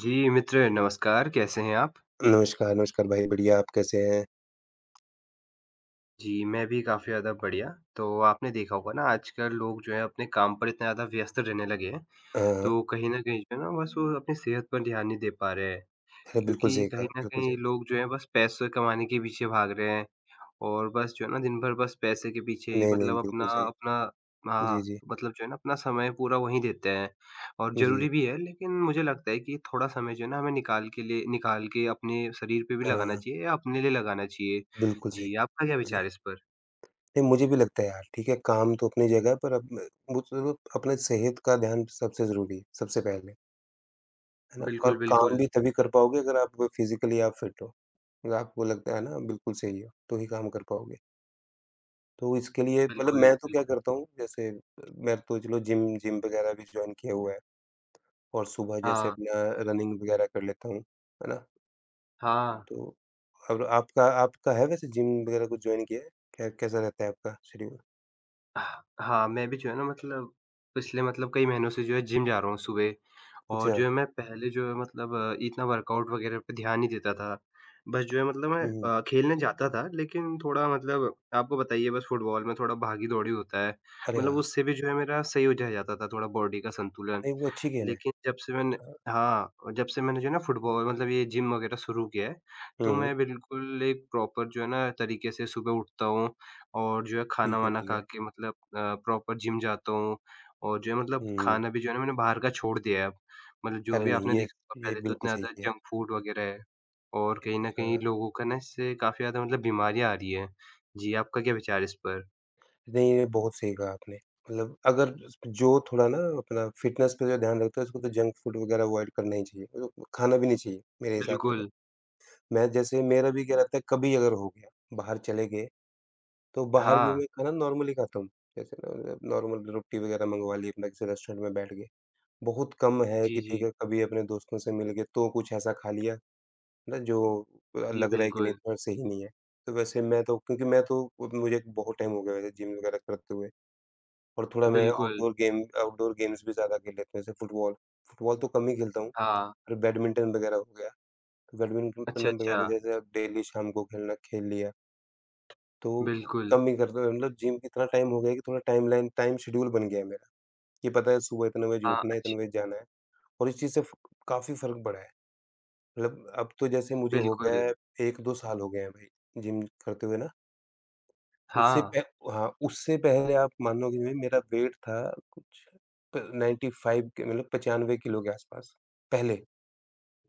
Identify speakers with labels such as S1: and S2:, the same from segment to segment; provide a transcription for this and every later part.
S1: जी, मित्र नमस्कार, कैसे हैं आप?
S2: नमस्कार, नमस्कार भाई, बढ़िया, आप कैसे हैं?
S1: जी, मैं भी काफ़ी ज़्यादा बढ़िया। तो आपने देखा होगा ना आजकल लोग जो है अपने काम पर इतना ज़्यादा व्यस्त रहने लगे हैं,
S2: हाँ, हाँ।
S1: तो कहीं न कहीं जो है ना बस वो अपनी सेहत पर ध्यान नहीं दे पा रहे हैं।
S2: अरे बिल्कुल
S1: क्योंकि
S2: सही कहा,
S1: कहीं न
S2: बिल्कुल
S1: कहीं
S2: सही
S1: लोग जो है बस पैसे कमाने के पीछे भाग रहे हैं और बस जो है ना दिन भर बस पैसे के पीछे
S2: कहा।
S1: ही
S2: नहीं, नहीं,
S1: मतलब अपना
S2: बिल्कुल सही।
S1: अपना
S2: जी,
S1: हाँ,
S2: जी,
S1: मतलब जो है ना अपना समय पूरा वहीं देते हैं और
S2: जी।
S1: ज़रूरी भी है लेकिन मुझे लगता है कि थोड़ा समय जो है ना हमें निकाल के अपने शरीर पे भी लगाना
S2: हाँ,
S1: चाहिए या अपने लिए लगाना चाहिए।
S2: बिल्कुल सही,
S1: जी, आपका क्या
S2: जी।
S1: विचार है इस पर?
S2: नहीं, मुझे भी लगता है यार, ठीक है, काम तो अपनी जगह है, पर अब म मुझे अपने सेहत का ध्यान सबसे ज़रूरी है, सबसे पहले, है ना? और
S1: बिल्कुल,
S2: काम
S1: बिल्कुल।
S2: भी तभी कर पाओगे अगर आप फिज़िकली आप फिट हो। अगर आपको लगता है ना, बिल्कुल सही हो, तो ही काम कर पाओगे। तो इसके लिए मतलब
S1: बिल्कुल,
S2: मैं तो क्या
S1: बिल्कुल।
S2: करता हूँ, जैसे मैं तो चलो जिम जिम वगैरह भी जॉइन किया हुआ है। और सुबह जैसे
S1: हाँ,
S2: अपना रनिंग वगैरह कर लेता हूँ, है ना?
S1: हाँ।
S2: तो और आपका आपका है वैसे जिम वगैरह कुछ जॉइन किया है? कै कैसा रहता है आपका शेड्यूल?
S1: हाँ, हाँ, मैं भी जो है ना मतलब पिछले मतलब कई महीनों से जो है जिम जा रहा हूँ सुबह और
S2: अच्छा,
S1: जो है मैं पहले जो है मतलब इतना वर्कआउट वगैरह पे ध्यान नहीं देता था। बस जो है मतलब मैं
S2: हुँ, हुँ।
S1: खेलने जाता था लेकिन थोड़ा मतलब आपको बताइए बस फुटबॉल में थोड़ा भागी-दौड़ी होता है।
S2: अरे
S1: मतलब
S2: हाँ,
S1: उससे भी जो है मेरा सही हो जा जाता था थोड़ा बॉडी का संतुलन।
S2: नहीं वो अच्छी गेम है।
S1: लेकिन जब से मैंने
S2: हाँ,
S1: हाँ, और जब से मैंने जो है ना फुटबॉल मतलब ये जिम वगैरह शुरू किया है,
S2: हुँ,
S1: तो
S2: हुँ,
S1: मैं बिल्कुल एक प्रॉपर जो है ना तरीके से सुबह उठता हूँ और जो है
S2: ठीक है,
S1: खाना-वाना
S2: ठीक
S1: खा
S2: है।
S1: के मतलब प्रॉपर जिम जाता हूँ और जो है मतलब
S2: हुँ,
S1: खाना भी जो है ना मैंने बाहर का छोड़ दिया है अब। मतलब जो
S2: अरे
S1: भी
S2: नहीं
S1: आपने देखा होगा
S2: ये
S1: पहले तो
S2: बिल्कुल
S1: इतना
S2: सही
S1: ज़्यादा
S2: किया।
S1: जंक फूड वगैरह है और कहीं न कहीं
S2: हाँ,
S1: लोगों का ना इससे काफ़ी ज़्यादा मतलब बीमारियाँ आ रही हैं। जी, आपका क्या विचार है इस पर?
S2: नहीं ये बहुत सही कहा आपने। मतलब अगर जो थोड़ा ना अपना फ़िटनेस पे जो ध्यान रखता है उसको तो जंक फूड वगैरह अवॉइड करना ही चाहिए। मतलब खाना भी नहीं चाहिए मेरे हिसाब से तो।
S1: बिल्कुल।
S2: मैं जैसे मेरा भी क्या रहता है कभी अगर हो गया, बाहर चले गए तो बाहर भी
S1: हाँ।
S2: मैं खाना नॉर्मली खाता हूँ। जैसे न नॉर्मल रोटी वग़ैरह मँगवा ली अपना किसी रेस्टोरेंट में बैठ के। बहुत कम है
S1: जी,
S2: कि ठीक
S1: जी।
S2: है कभी अपने दोस्तों से मिल के तो कुछ ऐसा खा लिया ना जो
S1: जी,
S2: लग रहा है कि नहीं
S1: बिल्कुल।
S2: थोड़ा सही नहीं है। तो वैसे मैं तो क्योंकि मैं तो मुझे बहुत टाइम हो गया वैसे जिम वग़ैरह करते हुए और थोड़ा मैं
S1: बिल्कुल।
S2: आउटडोर गेम्स भी ज़्यादा खेल लेता हूँ जैसे फुटबॉल। फुटबॉल तो कम ही खेलता हूँ
S1: हाँ।
S2: और बैडमिंटन वग़ैरह हो गया। तो बैडमिंटन
S1: अच्छा, अच्छा।
S2: वग़ैरह जैसे अब डेली शाम को खेलना खेल लिया। तो
S1: बिल्कुल।
S2: कम ही करता हूँ। मतलब जिम इतना टाइम हो गया है कि थोड़ा टाइम शेड्यूल बन गया है मेरा, कि पता है सुबह इतने बजे
S1: हाँ,
S2: उठना है, इतने
S1: अच्छ
S2: बजे जाना है और इस चीज़ से फ काफ़ी फ़र्क पड़ा है। मतलब अब तो जैसे मुझे हो गया
S1: बिल्कुल।
S2: है 1-2 साल हो गए हैं भाई जिम करते हुए ना, उससे
S1: हाँ,
S2: पह हाँ, उससे पहले आप मानोगे नहीं मेरा वेट था कुछ प 95 के मतलब 95 किलो के आस-पास, पहले।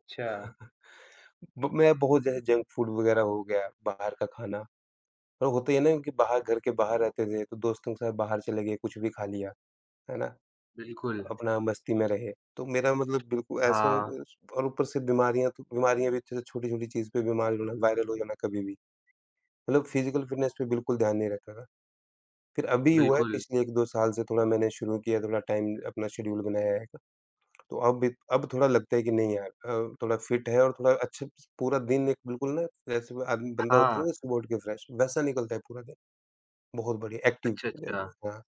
S1: अच्छा।
S2: ब मैं बहुत ज़्यादा जंक फूड वग़ैरह हो गया, बाहर का खाना और होता ही है ना कि बाहर घर के बाहर रहते थे, तो दोस्तों के साथ बाहर चले गए, कुछ भी खा लिया। है ना?
S1: बिल्कुल।
S2: अपना मस्ती में रहे। तो मेरा मतलब बिल्कुल ऐसा
S1: हाँ,
S2: और ऊपर से बीमारियाँ तो बीमारियाँ भी जैसे छोटी-छोटी चीज़ पे बीमार हो जाना, वायरल हो जाना कभी भी। मतलब फिज़िकल फ़िटनेस पे बिल्कुल ध्यान नहीं रहता था। फिर अभी हुआ है
S1: बिल्कुल।
S2: पिछले 1-2 साल से थोड़ा मैंने शुरू किया, थोड़ा टाइम अपना शेड्यूल बनाया है। तो अब थोड़ा लगता है कि नहीं यार थोड़ा फिट है और थोड़ा अच्छा पूरा दिन एक बिल्कुल ना जैसे वो आदमी बंदा होता
S1: हाँ,
S2: है ना सुबह उठ के फ्रेश, वैसा निकलता है पूरा दिन। बहुत बढ़िया एक्टिव
S1: अच्छा, अच्छा।
S2: हाँ,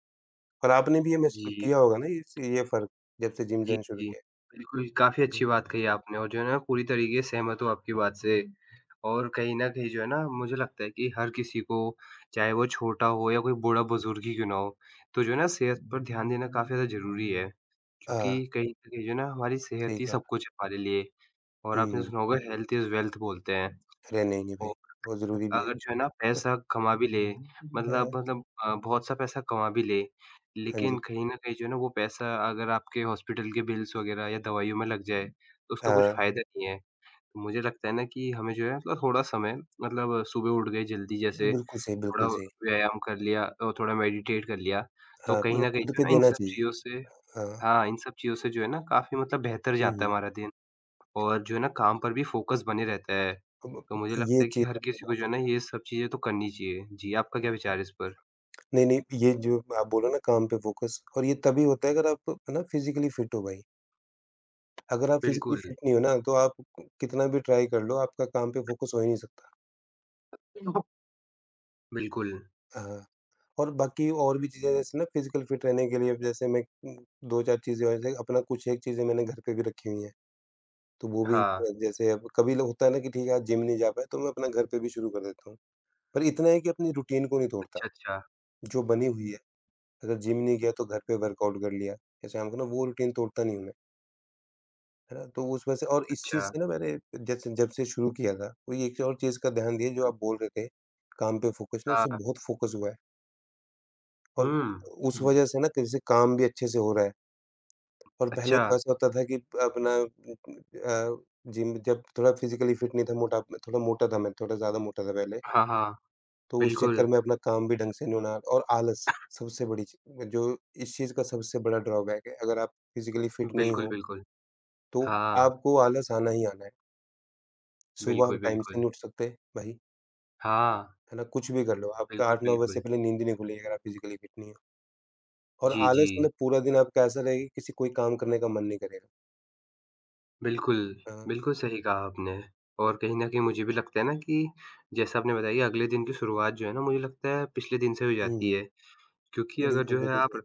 S2: और आपने भी ये महसूस
S1: जी,
S2: किया होगा ना इस ये फ़र्क जब से जिम
S1: जी,
S2: जॉइन शुरू
S1: जी।
S2: किया
S1: बिल्कुल, काफ़ी अच्छी
S2: है?
S1: बात कही आपने और जो है ना पूरी तरीके से सहमत हूँ आपकी बात से और कहीं न कहीं जो है ना मुझे लगता है कि हर किसी को चाहे वो छोटा हो या कोई बूढ़ा-बुज़ुर्ग ही क्यों ना हो, तो जो है ना सेहत पर ध्यान देना काफ़ी ज़्यादा ज़रूरी है।
S2: हाँ,
S1: क्योंकि कहीं न कहीं जो है ना हमारी
S2: सही
S1: सेहत ही
S2: कहा।
S1: सब कुछ है हमारे लिए और आपने
S2: हुँ,
S1: सुना होगा हेल्थ इज़ वेल्थ बोलते हैं।
S2: अरे! नहीं, नहीं भई, वो ज़रूरी भी है।
S1: अगर जो है ना पैसा कमा भी ले,
S2: हाँ,
S1: बहुत सा पैसा कमा भी ले,
S2: हाँ
S1: लेकिन
S2: जी,
S1: कहीं न कहीं जो है ना वो पैसा अगर आपके हॉस्पिटल के बिल्स वग़ैरह या दवाइयों में लग जाए, तो उसका कुछ
S2: हाँ,
S1: फ़ायदा नहीं है। तो मुझे लगता है ना कि हमें जो है मतलब थोड़ा समय मतलब सुबह उठ गए जल्दी जैसे
S2: बिल्कुल सही,
S1: थोड़ा
S2: बिल्कुल सही।
S1: व्यायाम कर लिया और थोड़ा मेडिटेट कर लिया, तो
S2: हाँ,
S1: कहीं
S2: मतलब
S1: न कहीं
S2: खुद
S1: जो
S2: पे
S1: है ना इन
S2: देना
S1: सब
S2: चाहिए।
S1: चीज़ों से
S2: हाँ,
S1: हाँ, इन सब चीज़ों से जो है ना काफ़ी मतलब बेहतर
S2: हुँ,
S1: जाता है
S2: हुँ।
S1: हमारा दिन। और जो है ना काम पर भी फ़ोकस बने रहता है।
S2: अब
S1: तो मुझे
S2: ये
S1: लगता है कि
S2: चीज़
S1: हर
S2: आपने
S1: किसी को
S2: बहुत
S1: जो है
S2: सही
S1: ना
S2: कही।
S1: ये सब चीज़ें तो करनी चाहिए। जी, आपका क्या विचार है इस पर?
S2: नहीं, नहीं, ये जो आप बोला ना काम पे फ़ोकस और ये तभी होता है अगर आप है ना फ़िज़िकली फ़िट हो भाई। अगर आप फ़िज़िकली
S1: बिल्कुल।
S2: फ़िट नहीं हो ना तो आप क कितना भी ट्राई कर लो, आपका काम पे फ़ोकस हो ही नहीं सकता।
S1: बिल्कुल। बिल्कुल,
S2: हाँ, और बाकी और भी चीज़ें जैसे ना फ़िज़िकल फ़िट रहने के लिए जैसे मैं 2-4 चीज़ें और जैसे अपना कुछ एक चीज़ें मैंने घर पे भी रखी हुई हैं। तो वो भी
S1: हाँ।
S2: जैसे अब कभी ल होता है ना कि ठीक है आज जिम नहीं जा पाए तो मैं अपना घर पे भी शुरू कर देता हूँ। पर इतना है कि अपनी रूटीन को नहीं तोड़ता,
S1: अच्छा, अच्छा।
S2: जो बनी हुई है। अगर जिम नहीं गया तो घर पे वर्कआउट कर लिया या शाम को ना वो रूटीन तोड़ता नहीं हूँ मैं, है ना? तो उसमें से और इस चीज़
S1: अच्छा।
S2: से ना मैंने जैसे जब से शुरू किया था, कोई एक और चीज़ का ध्यान दिया जो आप बोल रहे थे, काम पे फ़ोकस ना उससे
S1: हाँ।
S2: बहुत फ़ोकस हुआ है और
S1: हुँ।
S2: उस वजह से ना जैसे काम भी अच्छे से हो रहा है। और पहले
S1: अच्छा।
S2: तो ऐसा होता था कि अपना जिम जब थोड़ा फ़िज़िकली फ़िट नहीं था, मोटा थोड़ा मोटा था मैं, थोड़ा ज़्यादा मोटा था पहले,
S1: हाँ, हाँ।
S2: तो उस चक्कर
S1: बिल्कुल।
S2: में अपना काम भी ढंग से नहीं होना और आलस सबसे बड़ी ची जो इस चीज़ का सबसे बड़ा ड्रॉबैक है। अगर आप फ़िज़िकली फ़िट नहीं
S1: बिल्कुल,
S2: हो,
S1: बिल्कुल।
S2: तो
S1: हाँ।
S2: आपको आलस आना ही आना है। सुबह आप
S1: बिल्कुल,
S2: टाइम से नहीं
S1: बिल्कुल।
S2: उठ सकते भाई,
S1: हाँ।
S2: है ना? कुछ भी कर लो, आपका
S1: बिल्कुल,
S2: 8-9 बजे से
S1: बिल्कुल।
S2: पहले नींद ही नहीं खुलेगी अगर आप फ़िज़िकली फ़िट नहीं हो। और
S1: जी, जी।
S2: आलस मतलब पूरा दिन आपका ऐसा रहेगा कि किसी कोई काम करने का मन नहीं करेगा।
S1: बिल्कुल।
S2: हाँ।
S1: बिल्कुल सही कहा आपने। और कहीं न कहीं मुझे भी लगता है ना कि जैसा आपने बताया कि अगले दिन की शुरुआत जो है ना मुझे लगता है पिछले दिन से हो
S2: हुँ,
S1: जाती
S2: हुँ।
S1: है। क्योंकि अगर
S2: बिल्कुल,
S1: जो है
S2: बिल्कुल
S1: आप
S2: सही।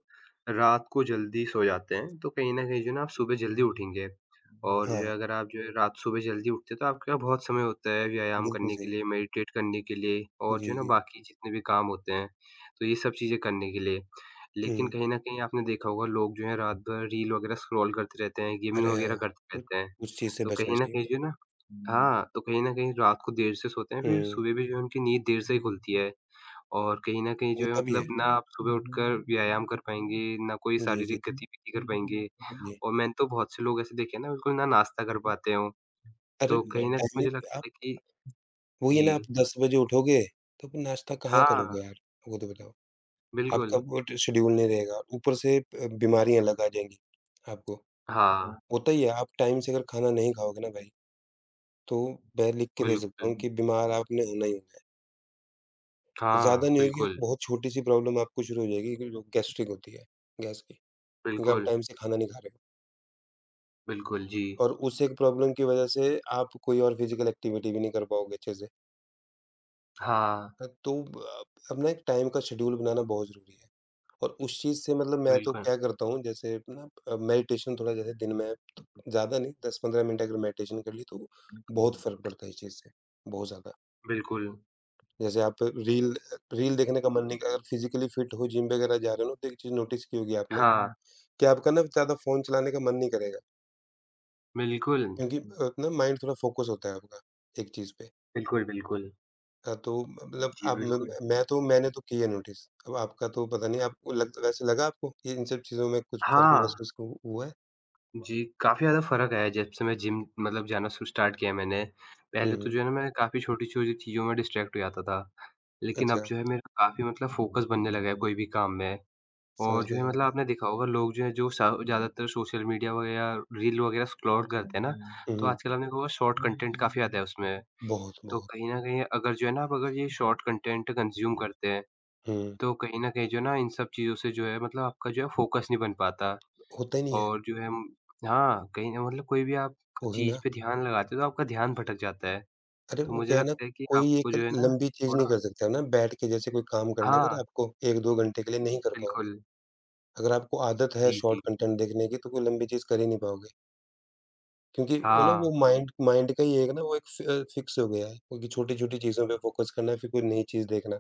S1: रात को जल्दी सो जाते हैं, तो कहीं न कहीं जो है ना आप सुबह जल्दी उठेंगे और जो है
S2: हाँ।
S1: अगर आप जो है रात सुबह जल्दी उठते हैं, तो आपके पास बहुत समय होता है व्यायाम
S2: बिल्कुल
S1: करने के
S2: सही।
S1: लिए, मेडिटेट करने के लिए और जो
S2: जी,
S1: है ना
S2: जी।
S1: बाकी जितने भी काम होते हैं, तो ये सब चीज़ें करने के लिए। लेकिन
S2: हुँ।
S1: कहीं न कहीं आपने देखा होगा लोग जो है रात भर रील वगैरह स्क्रॉल करते रहते हैं, गेमिंग
S2: अरे
S1: वगैरह
S2: हाँ,
S1: करते
S2: उस
S1: रहते हैं।
S2: उस चीज़ से
S1: तो
S2: बचना
S1: कहीं न
S2: चाहिए
S1: कहीं
S2: फिर।
S1: जो है ना हुँ। हाँ, तो कहीं न कहीं रात को देर से सोते हैं, फिर
S2: हुँ,
S1: सुबह भी जो है उनकी नींद देर से ही खुलती है। और कहीं न कहीं जो है
S2: होता भी है।
S1: मतलब ना आप सुबह उठकर व्यायाम कर पाएँगे, ना कोई
S2: जी, जी,
S1: शारीरिक गतिविधि कर पाएँगे
S2: जी।
S1: और मैंने तो बहुत से लोग ऐसे देखे हैं ना बिल्कुल ना नाश्ता कर
S2: हुँ, हुँ।
S1: पाते हों,
S2: अरे
S1: तो कहीं जी। न मुझे
S2: टाइमिंग पे
S1: लगता है
S2: आप
S1: कि
S2: वही है ना आप
S1: जी।
S2: 10 बजे उठोगे, तो फिर नाश्ता कहाँ
S1: हाँ,
S2: करोगे यार? वो तो बताओ। आपका
S1: बिल्कुल।
S2: वो ट शेड्यूल नहीं रहेगा, ऊपर से बीमारियाँ लग आ जाएँगी आपको।
S1: हाँ, हाँ।
S2: होता ही है, आप टाइम से अगर खाना नहीं खाओगे ना भाई, तो मैं लिख के दे सकता
S1: बिल्कुल।
S2: हूँ कि बीमार आपने होना ही होना है।
S1: हाँ,
S2: ज़्यादा नहीं होगी,
S1: बिल्कुल,
S2: बहुत छोटी-सी प्रॉब्लम आपको शुरू हो जाएगी, ग जो गैस्ट्रिक होती है, गैस की, क्योंकि आप
S1: बिल्कुल,
S2: टाइम से खाना नहीं खा रहे हो।
S1: बिल्कुल, जी।
S2: और उस एक प्रॉब्लम की वजह से आप कोई और फिज़िकल एक्टिविटी भी नहीं कर पाओगे अच्छे से।
S1: हाँ,
S2: तो ब अपना एक टाइम का शेड्यूल बनाना बहुत ज़रूरी है और उस चीज़ से मतलब मैं तो
S1: बिल्कुल।
S2: क्या करता हूँ जैसे ना मेडिटेशन थोड़ा जैसे दिन में तो ज़्यादा नहीं 10-15 मिनट अगर मेडिटेशन कर ली तो बहुत फ़र्क पड़ता है इस चीज़ से, बहुत ज़्यादा।
S1: बिल्कुल।
S2: जैसे आप रील रील देखने का मन नहीं अगर फिज़िकली फिट हो जिम वगैरह जा रहे हो ना तो एक चीज़ नोटिस की होगी आपने
S1: हाँ,
S2: कि आपका ना ज़्यादा फ़ोन चलाने का मन नहीं करेगा
S1: बिल्कुल।
S2: क्योंकि ना माइंड थोड़ा फ़ोकस होता है आपका एक चीज़ पे।
S1: बिल्कुल, बिल्कुल।
S2: हाँ, तो म मतलब
S1: जी,
S2: आप म
S1: बिल्कुल।
S2: मैं तो मैंने तो किया नोटिस। अब आपका तो पता नहीं आपको लग वैसे लगा आपको कि इन सब चीज़ों में कुछ फ़र्क
S1: हाँ।
S2: महसूस को हुआ है?
S1: जी, काफ़ी ज़्यादा फ़र्क आया है जब से मैं जिम मतलब जाना शु स्टार्ट किया है मैंने।
S2: हुँ,
S1: पहले तो
S2: हुँ।
S1: जो है ना मैं काफ़ी छोटी-छोटी चीज़ों में डिस्ट्रैक्ट हो जाता था। लेकिन अब
S2: अच्छा,
S1: जो है मेरा काफ़ी मतलब फ़ोकस बनने लगा है कोई भी काम में। और
S2: समझ
S1: जो
S2: गया,
S1: है मतलब
S2: समझ
S1: आपने देखा होगा लोग जो है जो सा ज़्यादातर सोशल मीडिया वगैरह, रील वगैरह स्क्रॉल करते हैं ना,
S2: गया।
S1: तो
S2: हुँ, हुँ।
S1: आजकल आपने देखा होगा शॉर्ट कंटेंट काफ़ी आता है उसमें।
S2: बहुत,
S1: तो
S2: बहुत।
S1: कहीं न कहीं अगर जो है ना आप अगर ये शॉर्ट कंटेंट कंज़्यूम करते हैं,
S2: हुँ,
S1: तो कहीं न कहीं जो है ना इन सब चीज़ों से जो है मतलब आपका जो है फ़ोकस नहीं बन पाता।
S2: होता ही नहीं है,
S1: और जो है हम हाँ, कहीं न मतलब कोई भी आप
S2: वही
S1: चीज़
S2: ना।
S1: पे ध्यान लगाते हो तो आपका ध्यान भटक जाता है।
S2: अरे,
S1: तो
S2: वो
S1: मुझे
S2: क्या है ना,
S1: लगता है कि
S2: कोई
S1: आपको
S2: एक
S1: जो है ना
S2: लंबी चीज़ नहीं
S1: थोड़ा
S2: कर सकता ना बैठ के जैसे कोई काम करना है अगर
S1: हाँ,
S2: आपको 1-2 घंटे के लिए नहीं कर पाओगे।
S1: बिल्कुल।
S2: अगर आपको आदत है
S1: जी,
S2: शॉर्ट
S1: जी।
S2: कंटेंट देखने की तो कोई लंबी चीज़ कर ही नहीं पाओगे। क्योंकि वो ना
S1: हाँ,
S2: वो माइंड माइंड का ही एक ना वो एक फ़िक्स हो गया है, क्योंकि छोटी-छोटी चीज़ों पे फ़ोकस करना है, फिर कोई नई चीज़ देखना,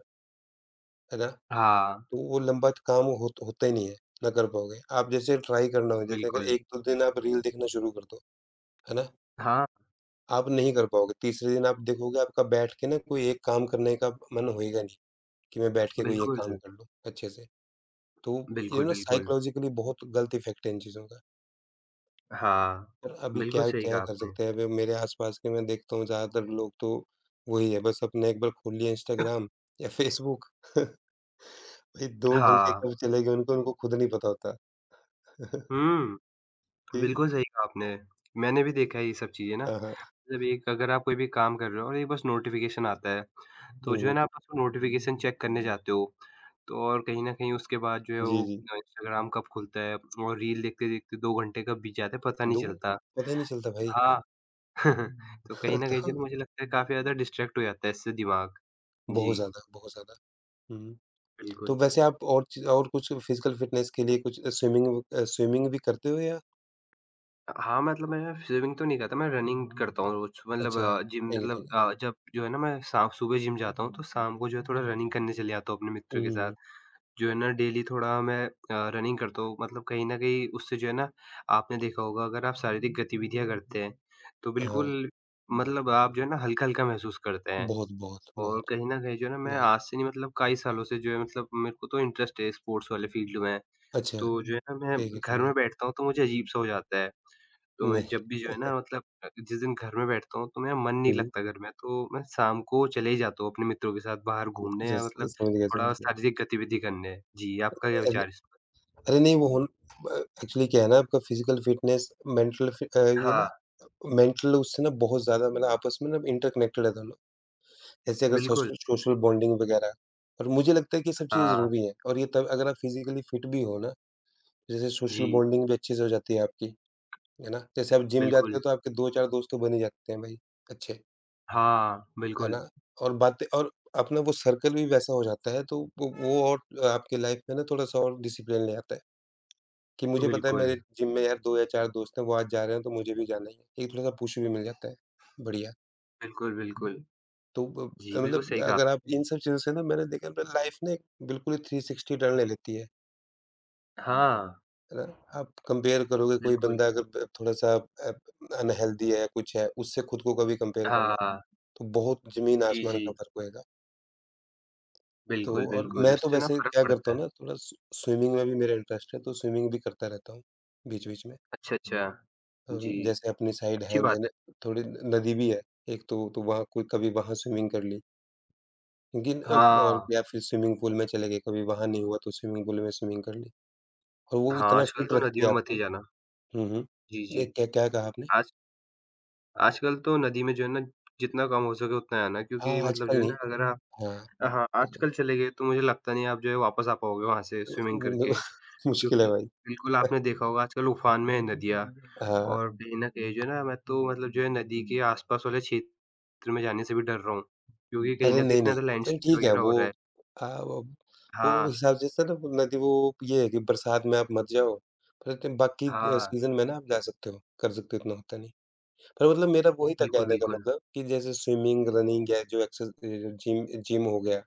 S2: है ना?
S1: हाँ,
S2: तो वो लंबा त काम होत होता ही नहीं है, ना कर पाओगे। आप जैसे ट्राई करना हो, जैसे
S1: बिल्कुल।
S2: अगर 1-2 दिन आप रील देखना शुरू कर दो, है ना?
S1: हाँ,
S2: आप नहीं कर पाओगे, तीसरे दिन आप देखोगे आपका बैठ के ना कोई एक काम करने का मन होएगा नहीं, कि मैं बैठ के कोई एक
S1: बिल्कुल।
S2: काम कर लूँ अच्छे से। तो ये
S1: बिल्कुल,
S2: ना
S1: बिल्कुल।
S2: साइकोलॉजिकली बहुत गलत इफ़ेक्ट है इन चीज़ों का।
S1: हाँ,
S2: पर अभी
S1: बिल्कुल
S2: क्या
S1: सही
S2: क्या
S1: कहा
S2: कर
S1: आपने।
S2: सकते हैं, अभी मेरे आस-पास के मैं देखता हूँ ज़्यादातर लोग तो वही है, बस अपने एक बार खोल लिया इंस्टाग्राम या फेसबुक भाई 2 घंटे
S1: हाँ।
S2: कब चले गए उनको, उनको खुद नहीं पता होता
S1: हुँ,
S2: कि
S1: बिल्कुल सही कहा आपने। मैंने भी देखा है ये सब चीज़ें ना।
S2: हाँ, हाँ।
S1: जब एक अगर आप कोई भी काम कर रहे हो और एक बस नोटिफ़िकेशन आता है, तो जो है
S2: हुँ,
S1: ना आप उसको नोटिफ़िकेशन चेक करने जाते हो। तो और कहीं न कहीं उसके बाद जो है
S2: जी,
S1: वो
S2: जी।
S1: इंस्टाग्राम कब खुलता है और रील देखते-देखते 2 घंटे कब बीत जाते हैं पता नहीं
S2: 2
S1: चलता।
S2: पता ही नहीं चलता भाई
S1: हाँ, तो कहीं न कहीं जो
S2: तो
S1: है ना मुझे लगता है काफ़ी ज़्यादा डिस्ट्रैक्ट हो जाता है इससे दिमाग।
S2: बहुत
S1: जी।
S2: ज़्यादा, बहुत ज़्यादा। हुँ, तो
S1: बिल्कुल।
S2: वैसे आप और कुछ फिज़िकल फ़िटनेस के लिए कुछ स्विमिंग भी करते हो या
S1: हाँ, मतलब मैं स्विमिंग तो नहीं करता, मैं रनिंग करता हूँ रोज़ मतलब
S2: अच्छा,
S1: जिम
S2: ठीक है,
S1: मतलब
S2: ठीक है।
S1: जब जो है ना मैं शाम सुबह जिम जाता हूँ तो शाम को जो है थोड़ा रनिंग करने चले जाता हूँ अपने मित्र के साथ।
S2: हुँ,
S1: जो है ना डेली थोड़ा मैं रनिंग करता हूँ मतलब कहीं न कहीं उससे जो है ना आपने देखा होगा अगर आप शारीरिक गतिविधियाँ करते हैं, तो
S2: हाँ,
S1: बिल्कुल मतलब आप जो है ना हल्का-हल्का महसूस करते हैं
S2: बहुत, बहुत,
S1: और
S2: बहुत,
S1: कहीं न कहीं जो है ना मैं
S2: बहुत।
S1: आज से नहीं मतलब कई सालों से जो है मतलब मेरे को तो इंटरेस्ट है स्पोर्ट्स वाले फील्ड में।
S2: अच्छा,
S1: तो जो है ना मैं
S2: ठीक है, ठीक
S1: घर
S2: है।
S1: में बैठता हूँ तो मुझे अजीब-सा हो जाता है। तो मैं
S2: नहीं।
S1: जब भी जो है ना मतलब जिस दिन घर में बैठता हूँ तो मेरा मन नहीं
S2: हुँ, हुँ।
S1: लगता घर में, तो मैं शाम को चले ही जाता हूँ अपने मित्रों के साथ बाहर घूमने
S2: अच्छा
S1: या
S2: स
S1: मतलब
S2: समझ गया,
S1: थोड़ा
S2: समझ गया।
S1: शारीरिक गतिविधि करने। जी, आपका क्या
S2: अरे
S1: विचार है इस पर?
S2: अरे नहीं वो अ, एक्चुअली क्या है ना आपका फ़िज़िकल फ़िटनेस मेंटल फि अ, ये ना
S1: हाँ,
S2: मेंटल उससे ना बहुत ज़्यादा मतलब आपस में ना इंटरकनेक्टेड है दोनों। जैसे अगर
S1: बिल्कुल।
S2: सोशल सोशल बॉन्डिंग वगैरह और मुझे लगता है कि ये सब चीज़ें
S1: हाँ,
S2: ज़रूरी हैं और ये तब अगर आप फ़िज़िकली फ़िट भी हो ना, जैसे सोशल
S1: जी,
S2: बॉन्डिंग भी अच्छे से हो जाती है आपकी, है ना? जैसे आप जिम जाते हो
S1: बिल्कुल।
S2: तो आपके 2-4 दोस्त तो बन ही जाते हैं भाई, अच्छे।
S1: हाँ,
S2: है
S1: बिल्कुल,
S2: ना? और बातें और अपना वो सर्कल भी वैसा हो जाता है, तो वो और आपकी लाइफ में ना थोड़ा-सा और डिसिप्लिन ले आता है, कि मुझे पता है
S1: बिल्कुल,
S2: मेरे जिम में यार 2 या 4 दोस्त हैं, वो आज जा रहे हैं तो मुझे भी जाना ही है। एक थोड़ा-सा पुश भी मिल जाता है, बढ़िया।
S1: बिल्कुल, बिल्कुल।
S2: तो ब
S1: जी, बिल्कुल
S2: मतलब
S1: सही कहा
S2: अगर आप
S1: आपने।
S2: इन सब चीज़ों से ना, मैंने देखा ना, लाइफ ने बिल्कुल ही 360 टर्न ले लेती
S1: हाँ,
S2: है ना? आप कंपेयर करोगे, कोई
S1: बिल्कुल।
S2: बंदा अगर ब थोड़ा-सा अनहेल्दी है, कुछ है, उससे खुद को कभी कंपेयर करना,
S1: हाँ,
S2: तो बहुत
S1: जी,
S2: ज़मीन-आसमान का
S1: जी।
S2: फ़र्क होएगा। तो
S1: बिल्कुल,
S2: और
S1: बिल्कुल,
S2: मैं तो
S1: उससे ना
S2: वैसे
S1: फ़र्क
S2: क्या करता
S1: पड़ता
S2: हूँ
S1: है।
S2: ना, थोड़ा स्विमिंग में भी मेरा इंटरेस्ट है, तो स्विमिंग भी करता रहता हूँ बीच-बीच में।
S1: अच्छा, अच्छा।
S2: अ,
S1: जी,
S2: जैसे अपनी साइड
S1: अच्छी
S2: है
S1: बात
S2: जन
S1: है।
S2: थोड़ी नदी भी है एक तो वहाँ कोई कभी वहाँ स्विमिंग कर ली, क्योंकि अब और,
S1: हाँ,
S2: या फिर स्विमिंग पूल में चले गए, कभी वहाँ नहीं हुआ तो स्विमिंग पूल में स्विमिंग कर ली, और वो
S1: हाँ,
S2: इतना
S1: आजकल
S2: फिट
S1: तो
S2: रखती है
S1: नदियों में मत
S2: आपको।
S1: ही जाना।
S2: हुँ, हुँ।
S1: जी, जी।
S2: ये क्या क्या कहा आपने?
S1: आज आजकल तो नदी में जो है ना जितना कम हो सके उतना जाना
S2: हाँ,
S1: क्योंकि मतलब जो
S2: आजकल
S1: है ना
S2: नहीं।
S1: अगर हुँ। आप
S2: हाँ।
S1: हाँ, आजकल चले गए तो मुझे लगता नहीं आप जो है वापस आ पाओगे वहाँ से स्विमिंग करके
S2: मुश्किल है
S1: क्योंकि
S2: भाई।
S1: बिल्कुल आपने देखा होगा आजकल उफान में है नदियाँ
S2: हाँ।
S1: और कहीं न कहीं जो है ना मैं तो मतलब जो है नदी के आस-पास वाले क्षेत्र में जाने से भी डर रहा हूँ क्योंकि कहीं
S2: अरे!
S1: न कहीं
S2: नहीं,
S1: इतना
S2: नहीं।
S1: ज़्यादा
S2: अरे
S1: लैंडस्लाइड
S2: ठीक है,
S1: वग़ैरह हो
S2: वो
S1: रहा है।
S2: अ, वो वो
S1: हाँ,
S2: हिसाब से सर, वो नदी वो ये है कि बरसात में आप मत जाओ। पर त बाकी
S1: हाँ।
S2: सीज़न में ना आप जा सकते हो, कर सकते हो, इतना होता नहीं। पर मतलब मेरा वही था
S1: बिल्कुल,
S2: कहने का
S1: बिल्कुल।
S2: मतलब, कि जैसे स्विमिंग, रनिंग या जो जिम जिम हो गया,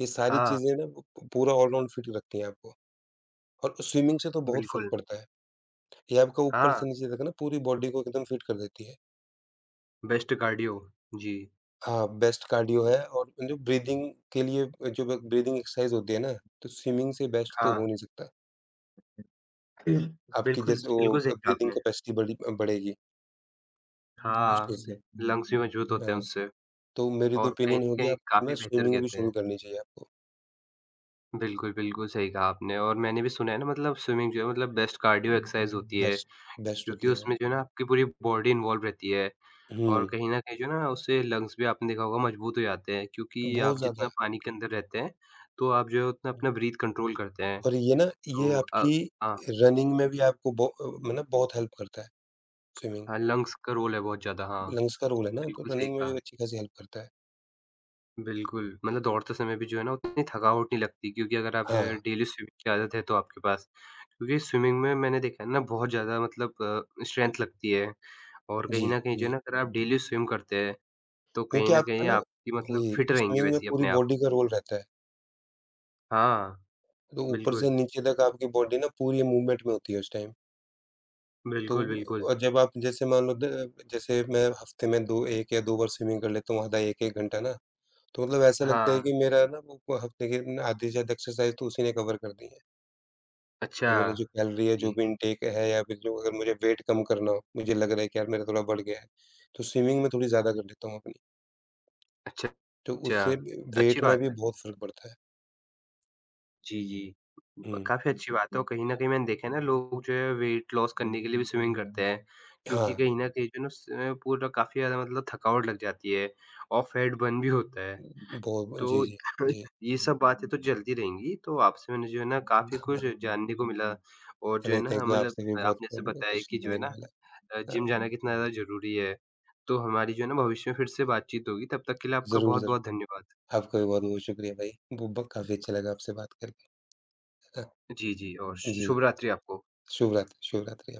S2: ये सारी
S1: हाँ,
S2: चीज़ें ना वो प पूरा ऑलराउंड फिट रखती हैं आपको। और स्विमिंग से तो बहुत फ़र्क
S1: बिल्कुल।
S2: पड़ता है। ये आपका ऊपर से
S1: हाँ,
S2: नीचे तक ना पूरी बॉडी को एकदम फिट कर देती है।
S1: Best cardio. जी,
S2: हाँ, बेस्ट कार्डियो है, और जो ब्रीदिंग के लिए जो ब ब्रीदिंग एक्सरसाइज़ होती है ना, तो स्विमिंग से बेस्ट तो
S1: हाँ।
S2: हो नहीं सकता।
S1: बिल-
S2: आपकी
S1: बिल्कुल,
S2: जैसे वो
S1: बिल्कुल सही कहा
S2: ब्रीदिंग
S1: आपने।
S2: कैपेसिटी बड़ी बढ़ेगी उस
S1: हाँ,
S2: चीज़ से।
S1: लंग्स भी मजबूत होते हैं
S2: हाँ,
S1: उससे
S2: तो मेरी तो
S1: और कहीं
S2: ओपिनियन
S1: न
S2: होगी,
S1: कहीं
S2: आपको ना
S1: काफ़ी बेहतर
S2: स्विमिंग भी
S1: कहते
S2: शुरू
S1: हैं।
S2: करनी चाहिए आपको।
S1: बिल्कुल, बिल्कुल सही कहा आपने और मैंने भी सुना है ना मतलब स्विमिंग जो है मतलब बेस्ट कार्डियो एक्सरसाइज़ होती है
S2: बेस्ट बेस्ट
S1: क्योंकि
S2: होती है।
S1: उसमें जो है ना आपकी पूरी बॉडी इन्वॉल्व रहती है और
S2: हुँ,
S1: कहीं न कहीं जो है ना उससे लंग्स भी आपने देखा होगा मजबूत हो जाते हैं क्योंकि
S2: बहुत
S1: आप
S2: ज़्यादा।
S1: जितना पानी के अंदर रहते हैं, तो आप जो है उतना अपना ब्रीथ कंट्रोल करते हैं।
S2: और ये ना, ये
S1: तो अ,
S2: आपकी
S1: हाँ,
S2: रनिंग में भी आपको मतलब बहुत हेल्प करता है स्विमिंग।
S1: हाँ, लंग्स का रोल है बहुत ज़्यादा। हाँ,
S2: लंग्स का रोल है ना, तो
S1: बिल्कुल सही
S2: रनिंग में
S1: कहा।
S2: भी अच्छी खासी हेल्प करता है।
S1: बिल्कुल, मतलब दौड़ते समय भी जो है ना उतनी थकावट नहीं लगती क्योंकि अगर आप जो है
S2: हाँ।
S1: डेली स्विमिंग की आदत है तो आपके पास। क्योंकि स्विमिंग में मैंने देखा है ना बहुत ज़्यादा मतलब स्ट्रेंथ लगती है और
S2: जी,
S1: कहीं न कहीं जो
S2: जी।
S1: है ना अगर आप डेली स्विम करते हैं तो कहीं
S2: क्योंकि
S1: न
S2: आपका
S1: कहीं
S2: ना
S1: आपकी मतलब
S2: वही,
S1: फिट रहेंगे
S2: स्विमिंग में
S1: वैसे ही
S2: पूरी
S1: अपने आप।
S2: बॉडी का रोल रहता है,
S1: हाँ,
S2: तो ऊपर से
S1: बिल्कुल।
S2: नीचे तक आपकी बॉडी ना पूरी मूवमेंट में होती है उस टाइम। तो
S1: बिल्कुल, बिल्कुल।
S2: और जब आप जैसे मान लो द जैसे मैं हफ्ते में 2 1 या 2 बार स्विमिंग कर लेता हूँ, आधा 1-1 घंटा ना, तो मतलब ऐसा लगता है
S1: हाँ,
S2: कि मेरा ना वो हफ्ते के ना आधी से ज़्यादा एक्सरसाइज तो उसी ने कवर कर दी है।
S1: अच्छा।
S2: जो मेरा, जो कैलोरी है, जो
S1: जी,
S2: भी इनटेक है या फिर जो, अगर मुझे वेट कम करना हो, मुझे लग रहा है कि यार मेरा थोड़ा बढ़ गया है, तो स्विमिंग में थोड़ी ज़्यादा कर लेता हूँ अपनी,
S1: अच्छा,
S2: तो
S1: अच्छा।
S2: उससे
S1: अच्छी
S2: वेट में
S1: बात
S2: भी
S1: है।
S2: बहुत फ़र्क पड़ता है।
S1: जी, जी। ब
S2: हुँ।
S1: काफ़ी हुँ। अच्छी बात है और कहीं न कहीं मैंने देखा है ना लोग जो है वेट लॉस करने के लिए भी स्विमिंग करते हैं, क्योंकि
S2: हाँ।
S1: हुँ। कहीं न कहीं जो है ना उससे पूरा काफ़ी ज़्यादा मतलब थकावट लग जाती है और फैट बर्न भी होता है।
S2: बहुत।
S1: तो
S2: जी,
S1: हुँ।
S2: जी, जी।
S1: ये सब बातें तो चलती रहेंगी, तो आपसे मैंने जो है ना काफ़ी कुछ जानने को मिला और जो है
S2: अरे! थैंक
S1: ना
S2: यू,
S1: मतलब
S2: आपसे भी बहुत
S1: आपने जैसे
S2: कुछ
S1: बताया कि जो है
S2: सीखने
S1: ना
S2: को मिला। हाँ,
S1: जिम जाना कितना ज़्यादा ज़रूरी है। तो हमारी जो है ना भविष्य में फिर से बातचीत होगी, तब तक के लिए आपका
S2: ज़रूर,
S1: बहुत-बहुत
S2: ज़रूर।
S1: धन्यवाद।
S2: आपका भी बहुत-बहुत शुक्रिया भाई। वो ब काफ़ी अच्छा लगा आपसे बात करके। हाँ,
S1: जी, जी और
S2: जी,
S1: शुभ रात्रि आपको।
S2: शुभ रात्रि, शुभ रात्रि।